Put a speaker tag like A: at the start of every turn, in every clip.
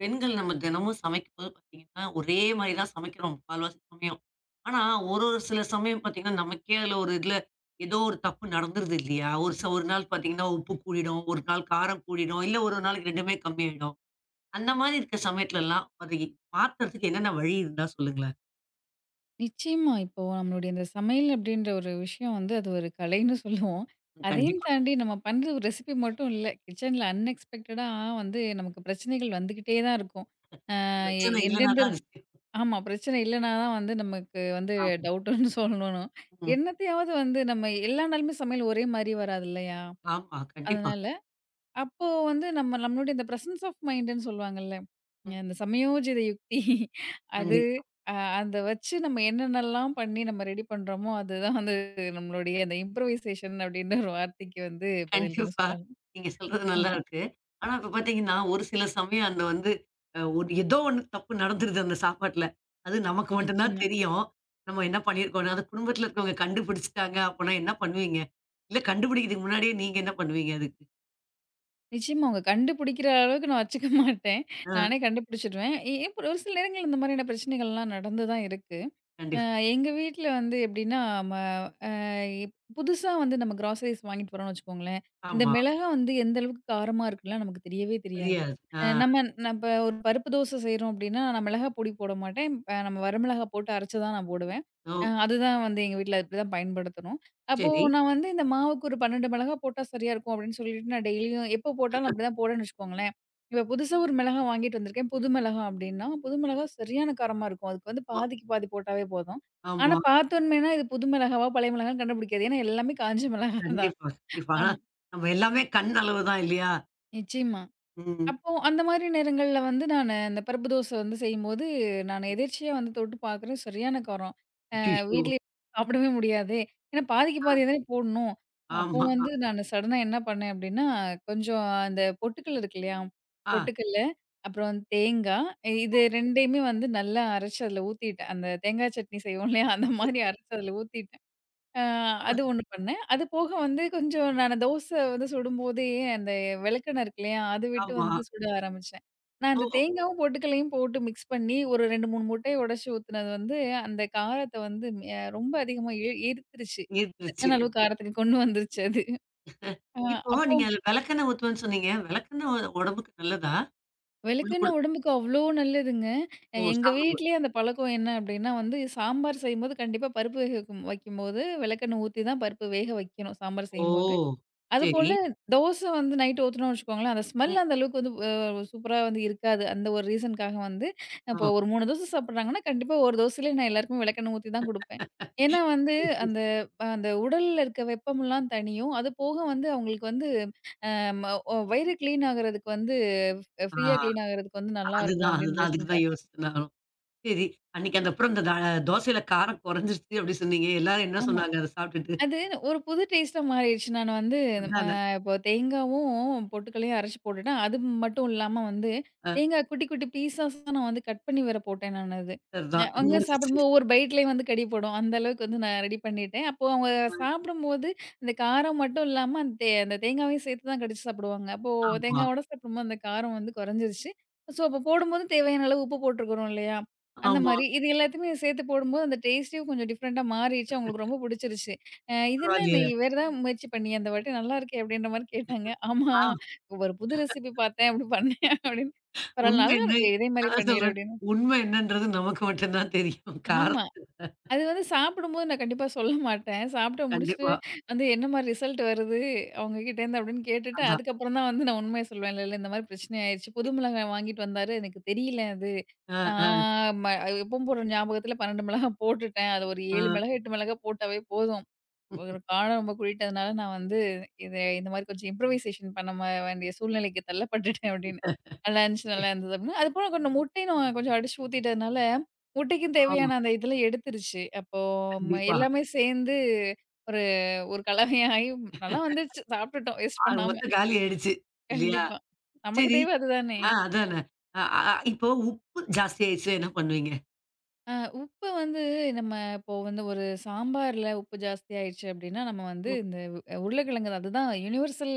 A: பெண்கள் நம்ம தினமும் சமைக்கும்போது பார்த்தீங்கன்னா, ஒரே மாரி தான் சமைக்கிறோம் கால்வாசி சமயம். ஆனா, ஒரு ஒரு சில சமயம் பார்த்தீங்கன்னா, நமக்கே அதுல ஒரு இதுல ஏதோ ஒரு தப்பு நடந்துருது இல்லையா? ஒரு நாள் பார்த்தீங்கன்னா, உப்பு கூடிடும், ஒரு நாள் காரம் கூடிடும், இல்ல ஒரு நாளைக்கு 2மே கம்மியாயிடும். அந்த மாரி இருக்க சமயத்துலலாம் அது மாத்துறதுக்கு என்னென்ன வழி இருந்தா சொல்லுங்களேன்?
B: நிச்சயமா. இப்போ நம்மளுடைய இந்த சமையல் அப்படின்ற ஒரு விஷயம் வந்து அது ஒரு கலைன்னு சொல்லுவோம். அதையும்
A: கண்டிப்பா.
B: தாண்டி நம்ம பண்ற ஒரு ரெசிபி மட்டும் இல்ல. கிச்சன்ல அன்எக்ஸ்பெக்டடா வந்து நமக்கு பிரச்சனைகள் வந்துகிட்டே தான் இருக்கும். அ எ
A: பிரச்சனை இல்லன்னா
B: எந்தெந்த
A: தான்
B: ஒரு-
A: அது சேரும்.
B: ஆமா, பிரச்சனை இல்லனா தான் வந்து நமக்கு வந்து
A: ஆமா.
B: டவுட்டுன்னு சொல்லணும்.
A: ம்.
B: என்னத்தையாவது வந்து நம்ம எல்லா நாளுமே சமையல் ஒரே மாரி வராது இல்லையா?
A: ஆமா. கண்டிப்பா.
B: அதனால அப்போ வந்து நம்ம நம்மளுடைய இந்த பிரசன்ஸ் ஆஃப் மைண்டுன்னு சொல்லுவாங்கல்ல.
A: ம்.
B: இந்த சமயோஜித யுக்தி அது
A: கண்டிப்பா.
B: அ அத வச்சு நம்ம என்னென்னலாம் பண்ணி நம்ம ரெடி பண்றோமோ, அதுதான் வந்து நம்மளுடைய அந்த இம்ப்ரூவைசேஷன் அப்டின்ற ஒரு வார்த்தைக்கு வந்து பதில்ன்னு
A: கண்டிப்பா.
B: சொல்லலாம்.
A: நீங்க சொல்றது நல்லா
B: ஆமா,
A: இருக்கு. ஆனா இப்ப பார்த்தீங்கன்னா, ஒரு சில சமயம் அந்த வந்து ஒரு ஏதோ ஒண்ணு தப்பு நடந்துருது அந்த சாப்பாட்ல. அது நமக்கு மட்டும் தான்
B: நிச்சயமா.
A: தெரியும். நம்ம என்ன பண்ணியிருக்கோம்ன்னு. அது குடும்பத்துல இருக்கவங்க கண்டுபிடிச்சுட்டாங்க அப்பன்னா என்ன பண்ணுவீங்க? இல்ல கண்டுபிடிக்கிறதுக்கு முன்னாடியே நீங்க என்ன பண்ணுவீங்க அதுக்கு?
B: நிச்சயமா அவங்க கண்டுபிடிக்கிற அளவுக்கு நான் வச்சுக்க மாட்டேன்.
A: ஆ,
B: நானே கண்டுபிடிச்சுடுவேன். ஒரு சில நேரங்கள்ல இந்த மாரியான பிரச்சனைகள்லாம் நடந்து தான் இருக்கு. அ
A: கண்டிப்பா.
B: எங்க வீட்ல வந்து எப்டின்னா புதுசா வந்து நம்ம கிராசரிஸ் வாங்கிட்டு வரோம்னு வச்சுக்கோங்களேன். இந்த
A: ஆமா.
B: மிளகா வந்து எந்த அளவுக்கு காரமா இருக்குன்லாம் நமக்கு தெரியவே தெரியாது.
A: தெரியாது. ஆ.
B: அ நம்ம நம்ம ஒரு பருப்பு தோசை செய்றோம் அப்டின்னா, நான் மிளகா பொடி போட மாட்டேன். நம்ம வரமிளகா போட்டு அரைச்சு தான் நான் போடுவேன்.
A: ஓ!
B: அதுதான் வந்து எங்க வீட்ல இப்டிதான் பயன்படுத்தணும். அப்போ
A: சரி.
B: நான் வந்து இந்த மாவுக்கு ஒரு 12 மிளகா போட்டா சரியா இருக்கும் அப்டின்னு சொல்லிட்டு நான் டெய்லியும் எப்ப போட்டாலும் அப்டிதான் போடுவேன்னு வச்சுக்கோங்களேன். இப்ப புதுசா ஒரு மிளகா வாங்கிட்டு வந்திருக்கேன். புது மிளகா அப்டின்னா, புது மிளகா சரியான காரமா இருக்கும். அதுக்கு வந்து
A: வா,
B: பாதிக்கு பாதி போட்டாவே போதும். ஆனா,
A: ஆமா.
B: பார்த்தோன்மேனா இது புது மிளகாவா, பழைய மிளகான்னு கண்டுபிடிக்காது. ஏன்னா, எல்லாமே காஞ்ச மிளகா தான்.
A: கண்டிப்பா, கண்டிப்பா. ஆனா
B: ஆமா,
A: நம்ம எல்லாமே கண் அளவு தான் இல்லையா?
B: நிச்சயமா.
A: ம்.
B: அப்போ அந்த மாரி நேரங்கள்ல வந்து நானு அந்த பருப்பு தோசை வந்து செய்யும்போது, நான் எதேர்ச்சியா வந்து தொட்டு பார்க்குறேன். சரியான காரம்.
A: அய்யய்யோ!
B: வீட்லயே சாப்பிடவே முடியாதே! ஏன்னா, பாதிக்கு
A: ஆ.
B: பாதி தானே போடணும். அப்போ
A: ஆமா.
B: வந்து நானு சடனா என்ன பண்ணேன் அப்டின்னா, கொஞ்சம் அந்த பொட்டுக்கல்ல இருக்கு இல்லையா?
A: ஆ,
B: பொட்டுக்கல்ல, அப்புறம் தேங்கா, இது 2உமே வந்து நல்லா அரைச்சு அதில ஊத்திட்டேன். அந்த தேங்காய் சட்னி செய்வோம் இல்லையா? அந்த மாரி அரைச்சு அதில ஊத்திட்டு அ அது ஒண்ணு பண்ணேன். அது போக வந்து கொஞ்சம் நான் தோசை வந்து சுடும்போதே அந்த விளக்கெண்ணெய் இருக்கு இல்லையா? அது விட்டு
A: ஆமா.
B: வந்து சுட ஆரம்பிச்சேன். நான் அந்த
A: ஓ!
B: தேங்காவும், பொட்டுக்கல்லையும் போட்டு மிக்ஸ் பண்ணி ஒரு 2, 3 முட்டைய உடைச்சு ஊத்துனது வந்து அந்த காரத்த வந்து ரொம்ப அதிகமா ஈர்த்துருச்சு.
A: இருந்துருச்சு.
B: சரியான அளவு காரத்துக்கு கொண்டு வந்துருச்சு அது. அ
A: இப்போ
B: அப்போ
A: நீங்க அதுல விளக்கெண்ணெ ஊத்துவேன்னு சொன்னீங்க. விளக்கெண்ணெ உ உடம்புக்கு நல்லதா?
B: விளக்கெண்ணெய்
A: உள்ளுக்குள்
B: உடம்புக்கு அவ்ளோ நல்லதுங்க.
A: ஓ!
B: எங்க
A: சாப்பிடும்போது.
B: வீட்லயே அந்த பழக்கம் என்ன அப்டின்னா வந்து சாம்பார் செய்யும்போது கண்டிப்பா பருப்பு வேக வைக்கும்போது விளக்கெண்ணெய் ஊத்தி தான் பருப்பு வேக வைக்கணும் சாம்பார்
A: ஓ!
B: செய்யும்போது.
A: சரி.
B: அதுபோல தோசை வந்து நைட் ஊத்துனோம்னு வச்சுக்கோங்களேன், அந்த ஸ்மெல்
A: ம்.
B: அந்த அளவுக்கு வந்து சூப்பரா வந்து இருக்காது. அந்த ஒரு ரீசனுக்காக வந்து
A: ஓ!
B: இப்போ ஒரு 3 தோசை சாப்பிடுறாங்கன்னா, கண்டிப்பா ஒரு தோசையிலே நான் எல்லாருக்குமே விளக்கெண்ணெய் ஊத்தி தான் குடுப்பேன். ஏன்னா வந்து அந்த அந்த உடல்ல இருக்க வெப்பமெல்லாம் தணியும். அது போக வந்து அவங்களுக்கு வந்து நம்ம வயிறு கிளீன் ஆகுறதுக்கு வந்து
A: ஆ,
B: ஃப்ரீயா கிளீன் ஆகுறதுக்கு வந்து நல்லாருக்கும்
A: அதுதான்,
B: அப்படின்னு
A: அதுதான். அதுக்கு தான்
B: ரீசனுக்காக.
A: யோசிச்சேன் நானும். சரி. அன்னைக்கு அந்த அப்புறம் இந்த தோசையில காரம் குறைஞ்சிருச்சு அப்படி சொன்னீங்க. எல்லாரும் என்ன
B: ஆமா.
A: சொன்னாங்க அத சாப்பிட்டுட்டு?
B: அது ஒரு புது டேஸ்ட்டா மாறிடுச்சு. நான் வந்து ம
A: அதானே.
B: இப்போ தேங்காவும், பொட்டுக்கல்லையும் அரைச்சு போட்டுட்டேன். அது மட்டும் இல்லாம வந்து
A: ஆ,
B: தேங்காய் குட்டி, குட்டி பீஸஸா நான் வந்து கட் பண்ணி வேற போட்டேன் நான் அது.
A: அதுதான்.
B: அங்க
A: முடிஞ்சிச்சு.
B: சாப்பிடும்போது ஒவ்வொரு பைட்லயும் வந்து கடிபடும். அந்த அளவுக்கு வந்து நான் ரெடி பண்ணிட்டேன். அப்போ அவங்க சாப்பிடும்போது அந்த காரம் மட்டும் இல்லாம அந்த தேங்காவையும் சேர்த்து தான் கடிச்சு சாப்பிடுவாங்க. அப்போ
A: ஆமா,
B: தேங்காவோட சாப்பிடும்போது அந்த காரம் வந்து குறைஞ்சிருச்சு. ஸோ அப்போ போடும்போது தேவையான அளவு உப்பு போட்டுருக்கிறோம் இல்லையா? அந்த
A: ஆமா.
B: மாரி. இது எல்லாத்தையுமே சேர்த்து போடும்போது அந்த டேஸ்ட்டே கொஞ்சம் டிஃப்ரெண்ட்டா மாறிடுச்சு. அவங்களுக்கு ரொம்ப பிடிச்சிருச்சு. இது என்ன நீ
A: பரவாயில்லையே.
B: வேற ஏதாவது முயற்சி பண்ணியா இந்த வாட்டி? நல்லாருக்கே! அப்டின்ற மாரி கேட்டாங்க. ஆமா.
A: ஆ,
B: ஒரு புது ரெசிபி பார்த்தேன். அப்டி பண்ணேன் அப்படின்னு. பரவால்ல
A: உண்மை என்ன
B: நல்லாருக்கே! இதே மாரி
A: அதான்
B: பண்ணிரு
A: சொல்றேன்.
B: அப்படின்னு.
A: உண்மை என்னன்றது நமக்கு மட்டும் தான் தெரியும்.
B: ஆமா.
A: காரத்த
B: அது வந்து சாப்பிடும்போது நான் கண்டிப்பா சொல்ல மாட்டேன். சாப்பிட்டு முடிச்சுட்டு
A: கண்டிப்பா.
B: வந்து என்ன மாரி ரிசல்ட் வருது அவங்க கிட்டேருந்து அப்படின்னு கேட்டுட்டு,
A: அதான்.
B: அதுக்கப்புறம் தான் வந்து நான் உண்மைய சொல்லுவேன். இல்ல, இந்த மாரி பிரச்சனை ஆயிருச்சு. புது மிளகாய் வாங்கிட்டு வந்தாரு. எனக்கு தெரியல அது.
A: ஆ, ஆ,
B: நான் ம எப்பவும் போடுற ஞாபகத்துல 12 மிளகாய் போட்டுட்டேன். அது ஒரு
A: ஆ.
B: 7 மிளகாய், 8 மிளகாய் போட்டாவே போதும். ஒரு காலம் ரொம்ப குறிட்டதுனால நான் வந்து இந்த மாதிரி கொஞ்சம் இம்ப்ரூவைசேஷன் பண்ண வேண்டிய சூழ்நிலைக்கு தள்ளப்பட்டுட்டேன் அப்படின்னு. நல்லா இருந்துச்சு,
A: சரி.
B: நல்லா இருந்தது அப்படின்னு. அதுபோல கொஞ்சம் முட்டையும் நான் கொஞ்சம் அடிச்சு ஊத்திட்டதுனால, முட்டைக்கும்
A: ஓ!
B: தேவையான அந்த இதெல்லாம் எடுத்துருச்சு. அப்போ
A: கண்டிப்பா.
B: எல்லாமே சேர்ந்து ஒரு ஒரு கலவையாகி நல்லா வந்துருச்சு. சாப்பிட்டுட்டோம் வேஸ்ட்
A: ஆக
B: பண்ணாம.
A: மொத்தம் காலி ஆயிடுச்சு. இல்லையா?
B: கண்டிப்பா. நமக்கு
A: சரி.
B: தேவை அதுதானே!
A: ஆ, அதானே. அ அ இப்போ உப்பு ஜாஸ்தி ஆயிடுச்சுன்னா என்ன பண்ணுவீங்க?
B: அ உப்ப வந்து நம்ம இப்போ வந்து ஒரு சாம்பார்ல உப்பு ஜாஸ்தியாயிடுச்சு அப்படின்னா, நம்ம வந்து
A: ம்.
B: இந்த உ- உருளைக்கிழங்கு தான், அதுதான் யுனிவர்சல்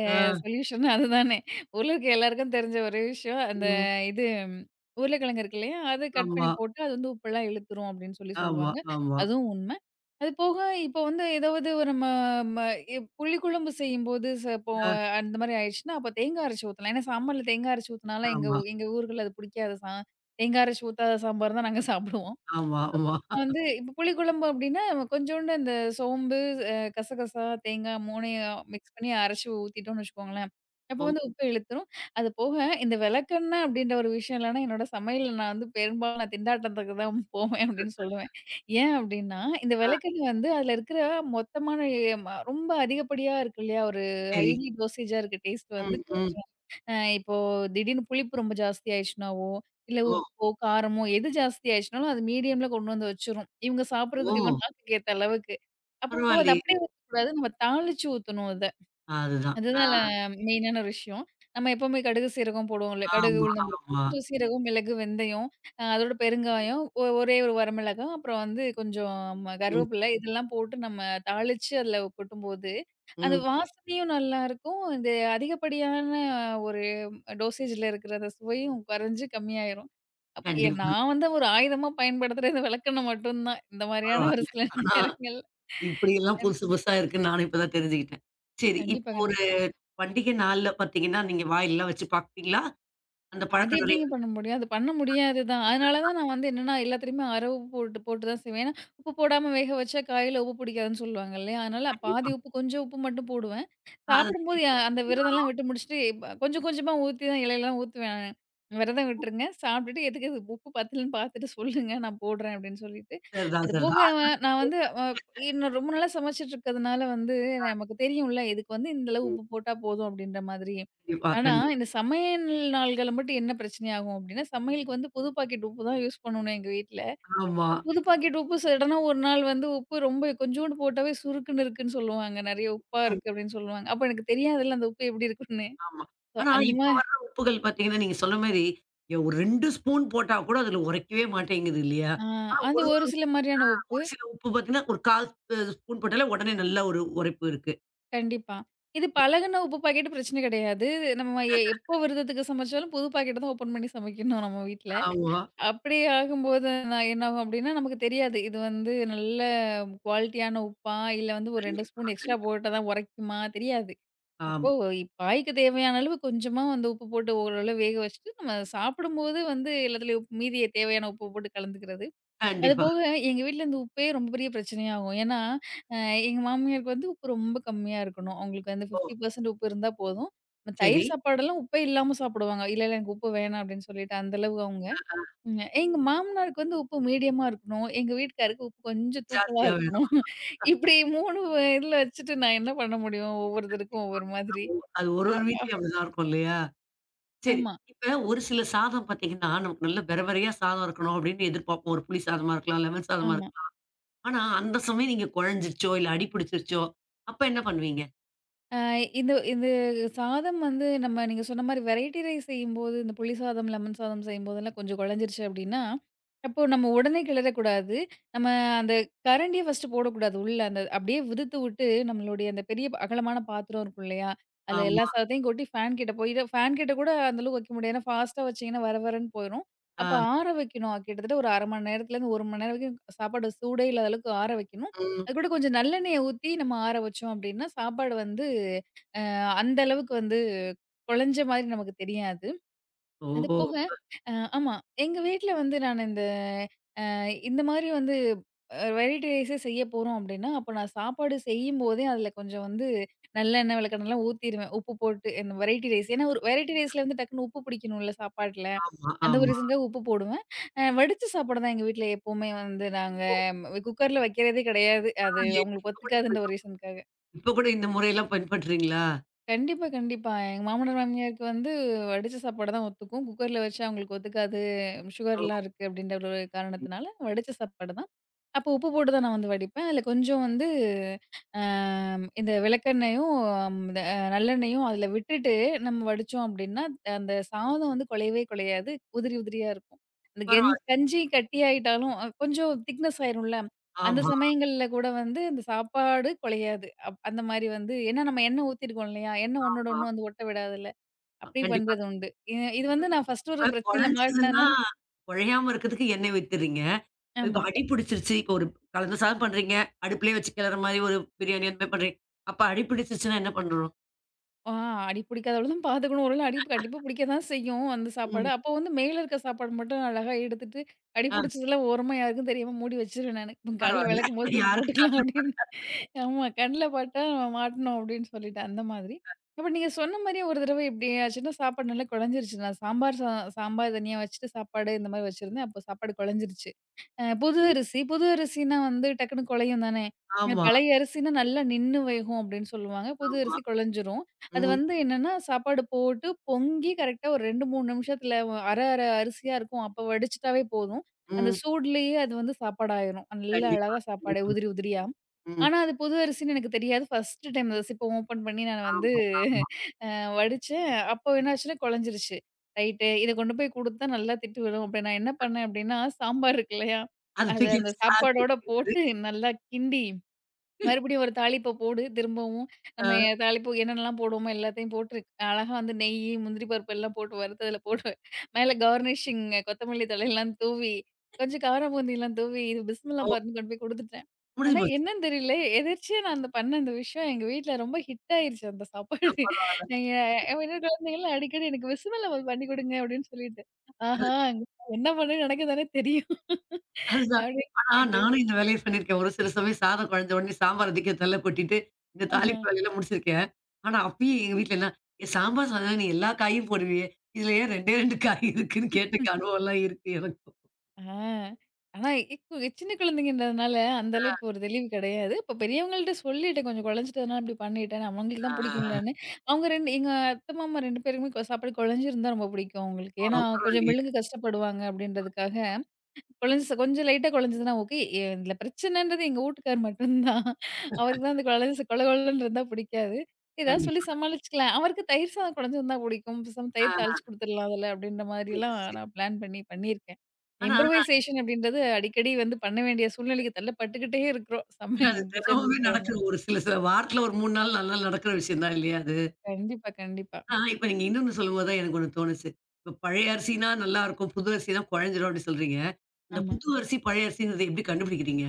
B: அ
A: ஆ.
B: சொல்யூஷன் அதுதானே. உலக எல்லாருக்கும் தெரிஞ்ச ஒரு விஷயம்.
A: ம்.
B: இது ம், உருளைக்கிழங்கு இருக்கு இல்லையா? அது கட் பண்ணி
A: ஆமா,
B: போட்டு அது வந்து உப்பெல்லாம் இழுத்துரும் அப்படின்னு சொல்லி
A: ஆமா,
B: சொல்லுவாங்க.
A: ஆமா.
B: அதுவும் உண்ம. அது போக இப்போ வந்து ஏதாவது ஒரு நம்ம ம இ புளிக்குழம்பு செய்யும்போது இப்போ
A: அ
B: அந்த மாரி ஆயிடுச்சுன்னா, அப்ப தேங்காய் அரைச்சு ஊத்தலாம். ஏன்னா சாம்பார்ல தேங்காய் அரைச்சு ஊத்துனாலாம் எங்க ஊ
A: ஆமா,
B: எங்க ஊர்கள்ல அது பிடிக்காது. தேங்கா அரைச்சு ஊத்தாத சாம்பார் தான் நாங்க சாப்பிடுவோம்.
A: ஆமா, ஆமா.
B: வந்து இப்ப புளிக்குழம்பு அப்டின்னா, கொஞ்சோண்டு அந்த சோம்பு, கசகசா, தேங்கா 3யும் மிக்ஸ் பண்ணி அரைச்சு ஊத்திட்டோம்னு வச்சுக்கோங்களேன், அப்ப
A: ஓ!
B: வந்து உப்பு இழுத்துரும். அது போக இந்த விளக்கெண்ணெ அப்டின்ற ஒரு விஷயம் இல்லன்னா, என்னோட சமையல்ல நான் வந்து பெரும்பாலும் நான் திண்டாட்டத்துக்கு தான் போவேன் அப்டின்னு சொல்லுவேன். ஏன் அப்டின்னா, இந்த
A: ஆ,
B: விளக்கெண்ணெ வந்து அதுல இருக்கிற மொத்தமான எ ம ரொம்ப அதிகப்படியா இருக்கு இல்லையா? ஒரு
A: சரி.
B: ஹைலி டோசேஜா இருக்கு டேஸ்ட் வந்து
A: ம், ம்.
B: இப்போ திடீர்னு புளிப்பு ரொம்ப ஜாஸ்தி ஆயிடுச்சுனாவோ, இல்ல
A: ஓ!
B: உப்போ, காரமோ எது ஜாஸ்தி ஆயிடுச்சுனாலும் அது மீடியம்ல கொண்டு வந்து வச்சுரும். இவங்க
A: ஓ!
B: சாப்பிடுறதுக்கு இவங்க நாக்குக்கு ஏத்த அளவுக்கு. அப்போ அது
A: பரவாயில்லையே!
B: அப்படியே ஊத்தக்கூடாது. நம்ம தாளிச்சு ஊத்தணும்.
A: அதுதான். ஆ,
B: அதுதான் ல மெயினான ஒரு விஷயம். நம்ம எப்பவுமே கடுகு, சீரகம் போடுவோம்ல. கடுகு,
A: ஆமா,
B: உளுந்தம் பருப்பு,
A: ஆமா.
B: கொஞ்சம் சீரகம், மிளகு, வெந்தயம், அதோட பெருங்காயம், ஒரே ஒரு வரமிளகாய், அப்புறம் வந்து கொஞ்சம்
A: ம்,
B: கருவேப்பிலை இதெல்லாம் போட்டு நம்ம தாளிச்சு அதில கொட்டும்போது, அது
A: ம்.
B: வாசனையும் நல்லாயிருக்கும். இந்த அதிகப்படியான ஒரு டோசேஜில இருக்கிற அந்த சுவையும் குறைஞ்சு கம்மியாயிரும். அப் எ
A: கண்டிப்பா.
B: நான் வந்து ஒரு ஆயுதமா பயன்படுத்துறது இந்த விளக்கெண்ணெய் மட்டும் தான். இந்த மாதிரியான ஒரு
A: பரவால்ல.
B: சில
A: ஆனா,
B: நேரங்கள்ல.
A: இப்படியெல்லாம்
B: கண்
A: புதுசு புதுசா இருக்குன்னு நானும் இப்ப தான் தெரிஞ்சுக்கிட்டேன். சரி.
B: கண்டிப்பா,
A: இப்போ ஒரு
B: கண்டிப்பா.
A: பண்டிகை நாள்ல பார்த்தீங்கன்னா, நீங்க வாயில்லாம் வச்சு பார்ப்பீங்களா? அந்த
B: அது
A: பழக்கம்
B: எப்படிங்க
A: நிறையவே
B: பண்ண முடியும்? அது பண்ண முடியாது தான். அதனால தான் நான் வந்து என்னன்னா, எல்லாத்துலயுமே அரை உப்பு போட்டு போட்டு தான் செய்வேன். ஏன்னா, உப்பு போடாம வேக வச்சா காயில உப்பு புடிக்காதுன்னு சொல்லுவாங்க இல்லையா? அதனால பாதி
A: கண்டிப்பா.
B: உப்பு, கொஞ்சம் உப்பு மட்டும் போடுவேன்.
A: அததான்
B: சாப்பிடும்போது
A: கேட்க
B: அந்த
A: வந்தேன்
B: விரதம்லாம்
A: நானும்.
B: விட்டு முடிச்சுட்டு, கொஞ்சம் கொஞ்சமா ஊத்தி தான் இலையிலலாம் ஊத்துவேன். "விரதம் விட்டுருங்க. சாப்பிட்டுட்டு எதுக்கு இது உப்பு பத்தலன்னு பார்த்துட்டு சொல்லுங்க. நான் போடுறேன்" அப்படின்னு சொல்லிட்டு.
A: சரிதான்,
B: அது போக
A: சரிதான். அதனால இப்ப
B: நான் வந்து
A: கேட்க
B: இன்னும் ரொம்ப நாளா சமைச்சுட்டு இருக்கிறதுனால வந்து
A: வந்தேன்.
B: நமக்கு தெரியும்ல, இதுக்கு வந்து இந்த அளவு
A: ம்.
B: உப்பு போட்டா போதும் அப்படின்ற மாதிரி.
A: கண்டிப்பா,
B: ஆனா,
A: கண்டிப்பா.
B: இந்த சமையல் நாள்கள்ல மட்டும் என்ன பிரச்சனையாகும் அப்படின்னா, சமையலுக்கு வந்து புது பாக்கெட் உப்பு தான் யூஸ் பண்ணணும் எங்க வீட்ல.
A: ஆமா.
B: புது பாக்கெட் உப்பு சடனா ஒரு நாள் வந்து உப்பு ரொம்ப கொஞ்சோண்டு போட்டாவே சுருக்குன்னு இருக்குன்னு சொல்லுவாங்க. நெறைய உப்பா
A: ம்.
B: இருக்கு அப்படின்னு சொல்லுவாங்க. அப்ப எனக்கு தெரியாதுல்ல அந்த உப்பு எப்படி இருக்குன்னு.
A: ஆமா.
B: சோ
A: ஆனா
B: அந்த
A: இப்ப
B: மா
A: வர்ற உப்புகள் பார்த்தீங்கன்னா, நீங்க சொன்ன மாரி எ ஒரு 2 ஸ்பூன் போட்டா கூட அதுல உரைக்கவே மாட்டேங்குது இல்லையா?
B: ஆ
A: ஆனா
B: அது
A: ஒரு
B: ஒரு சில மாரியான உப்பு.
A: ஒரு சில உப்பு பார்த்தீங்கன்னா, ஒரு 1/4 அ ஸ்பூன் போட்டாலே உடனே நல்ல ஒரு உரைப்பு இருக்கு.
B: கண்டிப்பா. இது பழகுன உப்பு பாக்கெட் பிரச்சனை கிடையாது. நம்ம எப்போ விரதத்துக்கு சமைச்சாலும் புது பாக்கெட் தான் ஓப்பன் பண்ணி சமைக்கணும் நம்ம வீட்ல.
A: ஆமா.
B: அப்படி ஆகும்போது நான் என்ன ஆகும் அப்படின்னா, நமக்கு தெரியாது. இது வந்து நல்ல குவாலிட்டியான உப்பா, இல்ல வந்து ஒரு 2
A: கண்டிப்பா,
B: ஸ்பூன் எக்ஸ்ட்ரா
A: கண்டிப்பா.
B: போட்டா தான் உரைக்குமா தெரியாது. அப்போ
A: ஆமா.
B: காய்க்கு தேவையான அளவு கொஞ்சமா வந்து உப்பு போட்டு ஓரளவு வேக வச்சுட்டு, நம்ம சாப்பிடும்போது வந்து எல்லாத்துலயும் உப்பு மீதிய தேவையான உப்பு போட்டு கலந்துக்கிறது.
A: கண்டிப்பா.
B: அதுபோக எங்க வீட்ல இந்த உப்பே ரொம்ப பெரிய பிரச்சனையாகும். ஏன்னா, அ எங்க மாமியாருக்கு வந்து உப்பு ரொம்ப கம்மியா இருக்கணும். அவங்களுக்கு வந்து
A: ஓ!
B: 50% உப்பு இருந்தா போதும். நம்ம
A: சரி.
B: தயிர் சாப்பாடெல்லாம் உப்பே இல்லாம சாப்பிடுவாங்க. இல்ல, எனக்கு உப்பு வேணாம் அப்படின்னு சொல்லிட்டு அந்த அளவு அவங்க
A: அ
B: ம். எங்க மாமனாருக்கு வந்து உப்பு மீடியமா இருக்கணும். எங்க வீட்டுக்காருக்கு உப்பு கொஞ்சம் தூக்கலா
A: ஜாஸ்தியா
B: இருக்கணும்.
A: வேணும்.
B: இப்படி 3 இதுல வச்சுட்டு நான் என்ன பண்ண முடியும்? ஒவ்வொருத்தருக்கும் ஒவ்வொரு
A: ஆனா,
B: மாதிரி.
A: அது ஒரு
B: அ,
A: ஒரு
B: அ.
A: வீட்லயும் அப்படிதான் இருக்கும் இல்லையா? சரி.
B: ஆமா,
A: இப்ப ஒரு சில சாதம் பார்த்தீங்கன்னா, நமக்கு நல்ல பெரபெரையா சாதம் இருக்கணும் அப்படின்னு எதிர்பார்ப்போம். ஒரு புளி சாதமா இருக்கலாம், லெமன் சாதமா
B: ஆமா.
A: இருக்கலாம். ஆனா அந்த சமயம் நீங்க குழஞ்சிருச்சோ, இல்ல அடி பிடிச்சிருச்சோ, அப்ப என்ன பண்ணுவீங்க?
B: ஆ, இது இது சாதம் வந்து நம்ம நீங்க சொன்ன மாரி வெரைட்டி ரைஸ் செய்யும்போது, இந்த புளி சாதம், லெமன் சாதம் செய்யும்போதெல்லாம் கொஞ்சம் குழஞ்சிருச்சு அப்டின்னா, அப்போ நம்ம உடனே கிளறக்கூடாது. நம்ம அந்த கரண்டிய ஃபர்ஸ்ட்டு போடக்கூடாது உள்ள. அந்த அப்டியே விதுத்து விட்டு நம்மளுடைய அந்த பெரிய அகலமான பாத்திரம் இருக்கும் இல்லையா? அதுல எல்லா
A: ஆமா.
B: சாதத்தையும் கொட்டி ஃபேன் கிட்ட போயிட்டு ஃபேன் கிட்ட கூட அந்த அளவுக்கு வைக்க முடியாது. ஏன்னா ஃபாஸ்ட்டா வச்சீங்கன்னா வர வரன்னு போயிரும். அப்ப
A: ஆ.
B: ஆற வைக்கணும். கிட்டத்தட்ட ஒரு 1/2 மணி நேரத்துலேருந்து 1 மணி நேரம் வரைக்கும் சாப்பாடு சூடே இல்லாத அளவுக்கு ஆற வைக்கணும்.
A: ம்.
B: அது கூட கொஞ்சம் நல்லெண்ணெய ஊத்தி நம்ம ஆற வச்சோம் அப்டின்னா, சாப்பாடு வந்து அந்த அளவுக்கு வந்து கொழஞ்ச மாரி நமக்கு தெரியாது. அது
A: ஓஹோ!
B: போக அ ஆமா. எங்க வீட்ல வந்து நான் அ இந்த மாரி வந்து வெரைட்டி ரைஸே செய்ய போறோம் அப்டின்னா, அப்ப நான் சாப்பாடு செய்யும்போதே அதுல கொஞ்சம் வந்து நல்லெண்ணெய், விளக்கெண்ணெய்லாம் ஊத்திருவேன். உப்பு போட்டு இந்த வெரைட்டி ரைஸ். ஏன்னா ஒரு வெரைட்டி ரைஸ்ல வந்து டக்குனு உப்பு பிடிக்கணும்ல சாப்பாட்ல.
A: ஆமா,
B: அந்த ஒரு
A: ஆமா.
B: ரீசன்க்காக உப்பு போடுவேன். வடிச்ச சாப்பாடு தான் எங்க வீட்ல எப்பவுமே வந்து நாங்க
A: ஓ!
B: குக்கர்ல வைக்கிறதே கிடையாது. அது
A: பரவாயில்லையே.
B: அவங்களுக்கு ஒத்துக்காதுன்ற ஒரு ரீசன்க்காக.
A: இப்ப கூட இந்த முறையெல்லாம் பின்பற்றீங்களா?
B: கண்டிப்பா, கண்டிப்பா. எங்க மாமனார், மாமியாருக்கு வந்து வடிச்ச சாப்பாடு தான் ஒத்துக்கும். குக்கர்ல வச்சா அவங்களுக்கு ஒத்துக்காது.
A: ஓ!
B: சுகர்லாம் இருக்கு அப்படின்ற ஒரு காரணத்தினால, வடிச்ச சாப்பாடு தான். அப்போ உப்பு போட்டு தான் நான் வந்து வடிப்பேன். அதில கொஞ்சம் வந்து அம் இந்த விளக்கெண்ணெயும், இந்த நல்லெண்ணெயும் அதில விட்டுட்டு நம்ம வடிச்சோம் அப்டின்னா, அந்த சாதம் வந்து குழையவே குழையாது. உதிரி உதிரியா இருக்கும். அந்த கெஞ்
A: பரவால்ல.
B: கஞ்சி கட்டியாயிட்டாலும் கொஞ்சம் திக்னஸ் ஆயிரும்ல. அந்த
A: ஆமா,
B: சமயங்கள்ல கூட வந்து இந்த சாப்பாடு குழையாது. அந்த மாரி வந்து ஏன்னா நம்ம எண்ணெய் ஊத்திருக்கோம் இல்லையா? எண்ணெய் ஒன்னோட
A: ஆமா.
B: ஒண்ணு வந்து ஒட்ட விடாதுல்ல. அப்டி
A: கண்டிப்பா.
B: பண்றது உண்டு. இது வந்து நான் ஃபர்ஸ்ட்டு ஒரு
A: இப்ப
B: பிரச்சனையில
A: குழஞ்சதுன்னா
B: மாட்டுனதுனால
A: குழையாம இருக்கிறதுக்கு எண்ணெய் வித்துறீங்க. இப்ப
B: ஆமா.
A: அடி பிடிச்சிருச்சு. இப்ப ஒரு கலந்து சாதம் பண்றீங்க. அடுப்புலயே வச்சு கிளற மாரி ஒரு பிரியாணி அந்த மாரி பண்றீங்க. அப்ப அடி பிடிச்சிருச்சுன்னா என்ன பண்றோம்?
B: ஆ அடி பிடிக்காத அளவு தான் பார்த்துக்கணும். ஒரு வேள அடி கண்டிப்பா பிடிக்க தான் செய்யும் அந்த சாப்பாடு.
A: ம்.
B: அப்போ வந்து மேல இருக்க சாப்பாடு மட்டும் அழகா எடுத்துட்டு, அடி
A: ஆ,
B: பிடிச்சதெல்லாம் ஓரமா யாருக்கும் தெரியாம மூடி வச்சுருவேன் நானு. காலைல
A: பரவால்ல.
B: விளக்கும்போது தூக்கி
A: யாருக்கும்
B: போட்டுக்கலாம்
A: கண்ல
B: அப்படின்னு. ஆமா. கண்ல பட்டா நம்ம மாட்டணும் அப்படின்னு சொல்லிட்டு அந்த மாதிரி. அப்ப நீங்க சொன்ன மாரியே ஒரு தடவ இப்படி ஆச்சுன்னா சாப்பாடு நல்லா குழஞ்சிருச்சு. நான் சாம்பார் தனியா வச்சுட்டு சாப்பாடு இந்த மாரி வச்சிருந்தேன். அப்போ சாப்பாடு குழஞ்சிருச்சு. அ புது
A: படலயே.
B: அரிசி புது அரிசினா வந்து டக்குன்னு குழையும் தானே.
A: ஆமா,
B: பழைய அரிசினா நல்லா நின்னு வேகும் அப்படின்னு சொல்லுவாங்க. புது
A: ஆமா.
B: அரிசி குழஞ்சிரும். அது
A: ம்,
B: வந்து என்னன்னா சாப்பாடு போட்டு பொங்கி கரெக்ட்டா ஒரு 2, 3 நிமிஷத்துல அரை அரை அரிசியா இருக்கும். அப்ப வடிச்சுட்டாவே போதும். அந்த
A: ம்.
B: சூடுலயே அது வந்து சாப்பாடாயிரும். நல்லா
A: கண்டிப்பா,
B: அழகா சாப்பாடு
A: கண்டிப்பா.
B: உதிரி உதிரியா.
A: ம்.
B: ஆனா, அது புது அரிசின்னு எனக்கு தெரியாது. ஃபர்ஸ்ட்டு டைம் அந்த சிப்ப ஓப்பன் பண்ணி நான் வந்து
A: ஆமா, ஆமா.
B: வடிச்சேன். அப்போ என்ன ஆச்சுன்னா குழஞ்சிருச்சு. ரைட்டு. இத கொண்டு போய் குடுத்தா நல்லா திட்டு விழும். அப்ப நான் என்ன பண்ணேன் அப்டின்னா, சாம்பார் இருக்கு இல்லையா?
A: அத
B: அத
A: தூக்கி
B: அந்த
A: அந்த சாக்குல
B: சாப்பாடோட
A: கொட்டிறது.
B: போட்டு நல்லா கிண்டி மறுபடியும் ஒரு தாளிப்ப போடு திரும்பவும். நம்ம
A: ஆ.
B: தாளிப்பு என்னென்னலாம் போடுவோமோ எல்லாத்தையும் போட்டு அழகா வந்து நெய்யி, முந்திரி பருப்பு எல்லாம் போட்டு வறுத்து அதில போட்டு மேல கார்னிஷிங் கொத்தமல்லி தழைலாம் தூவி, கொஞ்சம் கார பூந்திலாம் தூவி இது பிஸ்மில்லா
A: ஓ!
B: பாத்ன்னு கொண்டு போய் குடுத்துட்டேன்.
A: முடிஞ்சு
B: ஆனா
A: போச்சு.
B: என்னன்னு தெரியல எதிர்ச்சியா நான் அந்த பண்ண அந்த விஷயம் எங்க வீட்ல ரொம்ப ஹிட் ஆயிருச்சு அந்த சாப்பாடு.
A: அப்ப
B: என்னோட குழந்தைங்கலாம் அடிக்கடி எனக்கு பிஸ்மில்லா பாத் பண்ணி குடுங்க அப்படின்னு சொல்லிட்டு. ஆஹா! என்ன பண்ண நடக்குதுதானே தெரியும்.
A: அதுதான்.
B: அப்படின்னு
A: ஆனா
B: சொல்லிட்டு.
A: நானும் இந்த வேலைய பண்ணியிருக்கேன். ஒரு சில சமயம் சாதம் குழஞ்ச உடனே சாம்பார் அதிக்க தள்ள கொட்டிட்டு, இந்த
B: ஆஹ.
A: தாளிப்பு வேலையெல்லாம் முடிச்சிருக்கேன். ஆனா அப்பயும் எங்க வீட்ல என்ன, "ஏன் சாம்பார் சாதம் நீ எல்லா காயும் போடுவியே! இதுல ஏன் 2 2 காய் இருக்குன்னு?" கேட்ட அனுபவம்லாம் இருக்கு எனக்கும்.
B: ஆ. ஆனா இப்ப சின்ன குழந்தைங்கன்றதுனால அந்த
A: ஆ,
B: அளவுக்கு ஒரு தெளிவு கிடையாது. இப்ப பெரியவங்கள்ட்ட சொல்லிட்டேன் கொஞ்சம் குழஞ்சிட்டதுனா இப்படி பண்ணிட்டேன். அவங்களுக்கு
A: ஆ,
B: தான்
A: ஆ.
B: பிடிக்கும்லன்னு. அவங்க 2 எங்க அத்தை, மாமா 2 பேருக்குமே சாப்பாடு குழஞ்சிருந்தா ரொம்ப பிடிக்கும் அவங்களுக்கு. ஏன்னா
A: ஓ!
B: கொஞ்சம்
A: பரவாயில்லையே!
B: மெழுங்க கஷ்டப்படுவாங்க அப்படின்றதுக்காக குழஞ்சு கொஞ்சம் லைட்டா குழஞ்சதுன்னா ஓகே. இதுல பிரச்சனைன்றது எங்க வீட்டுக்கார் மட்டும் தான். அவருக்கு தான் அந்த குழஞ்சு கொழ கொழன்னு இருந்தா பிடிக்காது. ஏதாவது சொல்லி
A: கண்டிப்பா.
B: சமாளிச்சுக்கலாம். அவருக்கு தயிர் சாதம் குழஞ்சிருந்தா பிடிக்கும். பேசாம
A: ஆ,
B: தயிர் தாளிச்சு குடுத்துடலாம் அதுல அப்படின்ற மாதிரியெல்லாம்
A: முடிஞ்சிருச்சு.
B: நான் பிளான் பண்ணி பண்ணியிருக்கேன்.
A: ஆனா
B: இம்ப்ரூவைசேஷன் அப்படின்றது அடிக்கடி வந்து பண்ண வேண்டிய சூழ்நிலைக்கு தள்ளப்பட்டுக்கிட்டே இருக்கிறோம்.
A: அது
B: கிச்சன்ல
A: தினமுமே
B: இருக்கிறவங்க.
A: நடக்கிற ஒரு சில சில வாரத்துல ஒரு 3 நாள் 4 நாள் நடக்கிற விஷயம் தான் இல்லையா அது?
B: கண்டிப்பா, கண்டிப்பா.
A: ஆ, இப்ப நீங்க இன்னொன்னு சொல்லும்போது தான் எனக்கு ஒண்ணு தோணுச்சு. இப்ப பழைய அரிசினா நல்லாருக்கும். புது அரிசினா குழஞ்சிரும் அப்டி சொல்றீங்க. இந்த
B: ஆமா.
A: புது அரிசி, பழைய அரிசிங்கிறத எப்டி கண்டுபிடிக்கிறீங்க?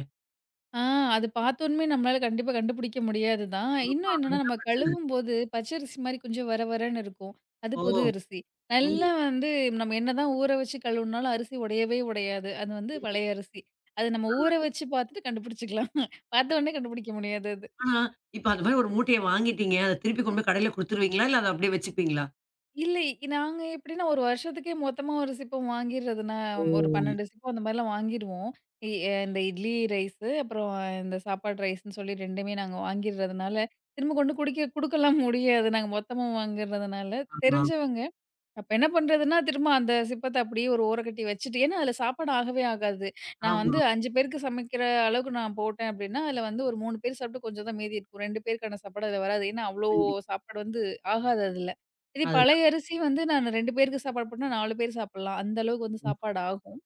B: ஆ அது பார்த்தோனமே நம்மளால கண்டிப்பா கண்டுபிடிக்க முடியாது தான்.
A: ஆமா.
B: இன்னும் என்னன்னா, நம்ம
A: அதுதான் பிரச்சனை.
B: கழுவும்போது பச்சரிசி மாரி கொஞ்சம் வர வரன்னு இருக்கும். அது
A: ஓ!
B: புது அரிசி.
A: ம்,
B: நல்லா வந்து நம்ம என்னதான் ஊற வச்சு கழுவுனாலும் அரிசி உடையவே உடையாது. அது வந்து
A: ம்.
B: பழைய அரிசி. அது நம்ம ஊற
A: பரவாயில்லையே.
B: வச்சு பார்த்துட்டு கண்டுபிடிச்சுக்கலாம். பார்த்தோனே கண்டுபிடிக்க முடியாது அது.
A: ஆனா, இப்ப அந்த மாரி ஒரு மூட்டைய வாங்கிட்டீங்க. அத திருப்பி கொண்டு போய் கடையில குடுத்துருவீங்களா? இல்ல அத அப்டியே வச்சுப்பீங்களா?
B: இல்லை. நாங்க எப்படின்னா, ஒரு வருஷத்துக்கே மொத்தமா ஒரு சிப்பம் வாங்கிறதுனா,
A: ஓ!
B: ஒரு 12 சிப்பம் அந்த மாரிலாம் வாங்கிருவோம். இ இந்த இட்லி ரைஸு, அப்புறம் இந்த சாப்பாடு ரைஸ்ன்னு சொல்லி 2மே நாங்க வாங்கிர்றதுனால, திரும்ப கொண்டு குடிக்க குடுக்கலாம் முடியாது. நாங்க மொத்தமா வாங்குறதுனால.
A: ஆமா,
B: தெரிஞ்சவங்க. அப்ப என்ன பண்றதுன்னா, திரும்ப அந்த சிப்பத்த அப்படியே ஒரு ஓரக்கட்டி வச்சுட்டு ஏன்னா அதில சாப்பாடு ஆகவே ஆகாது. நான்
A: ஆமா.
B: வந்து 5 பேருக்கு சமைக்கிற அளவுக்கு நான் போட்டேன் அப்படின்னா, அதில வந்து ஒரு 3 பேர் சாப்பிட்டு கொஞ்சம் தான் மீதி இருக்கும். 2 பேருக்கான சாப்பாடு அதில வராது. ஏன்னா அவ்வளோ
A: கண்டிப்பா.
B: சாப்பாடு வந்து ஆகாது அதில. இதே பழைய அரிசி வந்து நான் 2 பேருக்கு சாப்பாடு போட்டேன்னா 4 பேர் சாப்பிடலாம். அந்த அளவுக்கு வந்து
A: அதுதான்.
B: சாப்பாடு ஆகும்.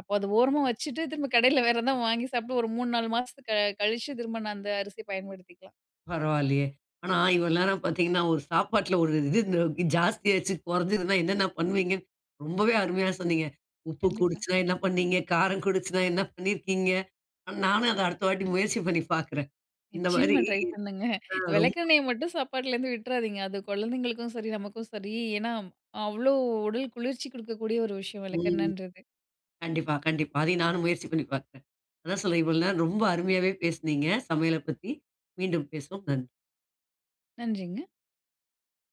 B: அப்போ அது ஓரமா வச்சுட்டு திரும்ப கடையில வேற எதாவது வாங்கி சாப்பிட்டு ஒரு 3, 4 மாசத்துக்கு கழிச்சு திரும்ப நான் அந்த அரிசிய பயன்படுத்திக்கலாம்.
A: பரவாயில்லையே. ஆனா, இவ்வளோ நேரம் பார்த்தீங்கன்னா, ஒரு சாப்பாட்ல ஒரு இது இந்த ஜாஸ்தியாச்சு, குறைஞ்சதுன்னா என்னென்ன பண்ணுவீங்கன்னு ரொம்பவே அருமையா சொன்னீங்க. உப்பு
B: கண்டிப்பா.
A: கூடுச்சுனா என்ன பண்ணீங்க? காரம் கூடுச்சுனா என்ன பண்ணியிருக்கீங்க? நானும் அத அடுத்த வாட்டி முயற்சி பண்ணி பார்க்குறேன். இந்த மாரி
B: நிச்சயமா ட்ரை பண்ணுங்க.
A: அ ரொம்
B: விளக்கெண்ணெய மட்டும் சாப்பாட்லேருந்து விட்டுறாதீங்க. அது குழந்தைங்களுக்கும் சரி, நமக்கும் சரி. ஏன்னா, அவ்ளோ உடல் குளிர்ச்சி குடுக்கக்கூடிய ஒரு விஷயம்
A: ம்.
B: விளக்கெண்ணன்றது.
A: கண்டிப்பா, கண்டிப்பா. அதையும் நானும் முயற்சி பண்ணி பார்க்குறேன். அதான் சொல்றேன், இவ்வளோ நேரம் ரொம்ப அருமையாவே பேசுனீங்க, சமையல பத்தி. மீண்டும் பேசுவோம். நன்றி.
B: நன்றிங்க.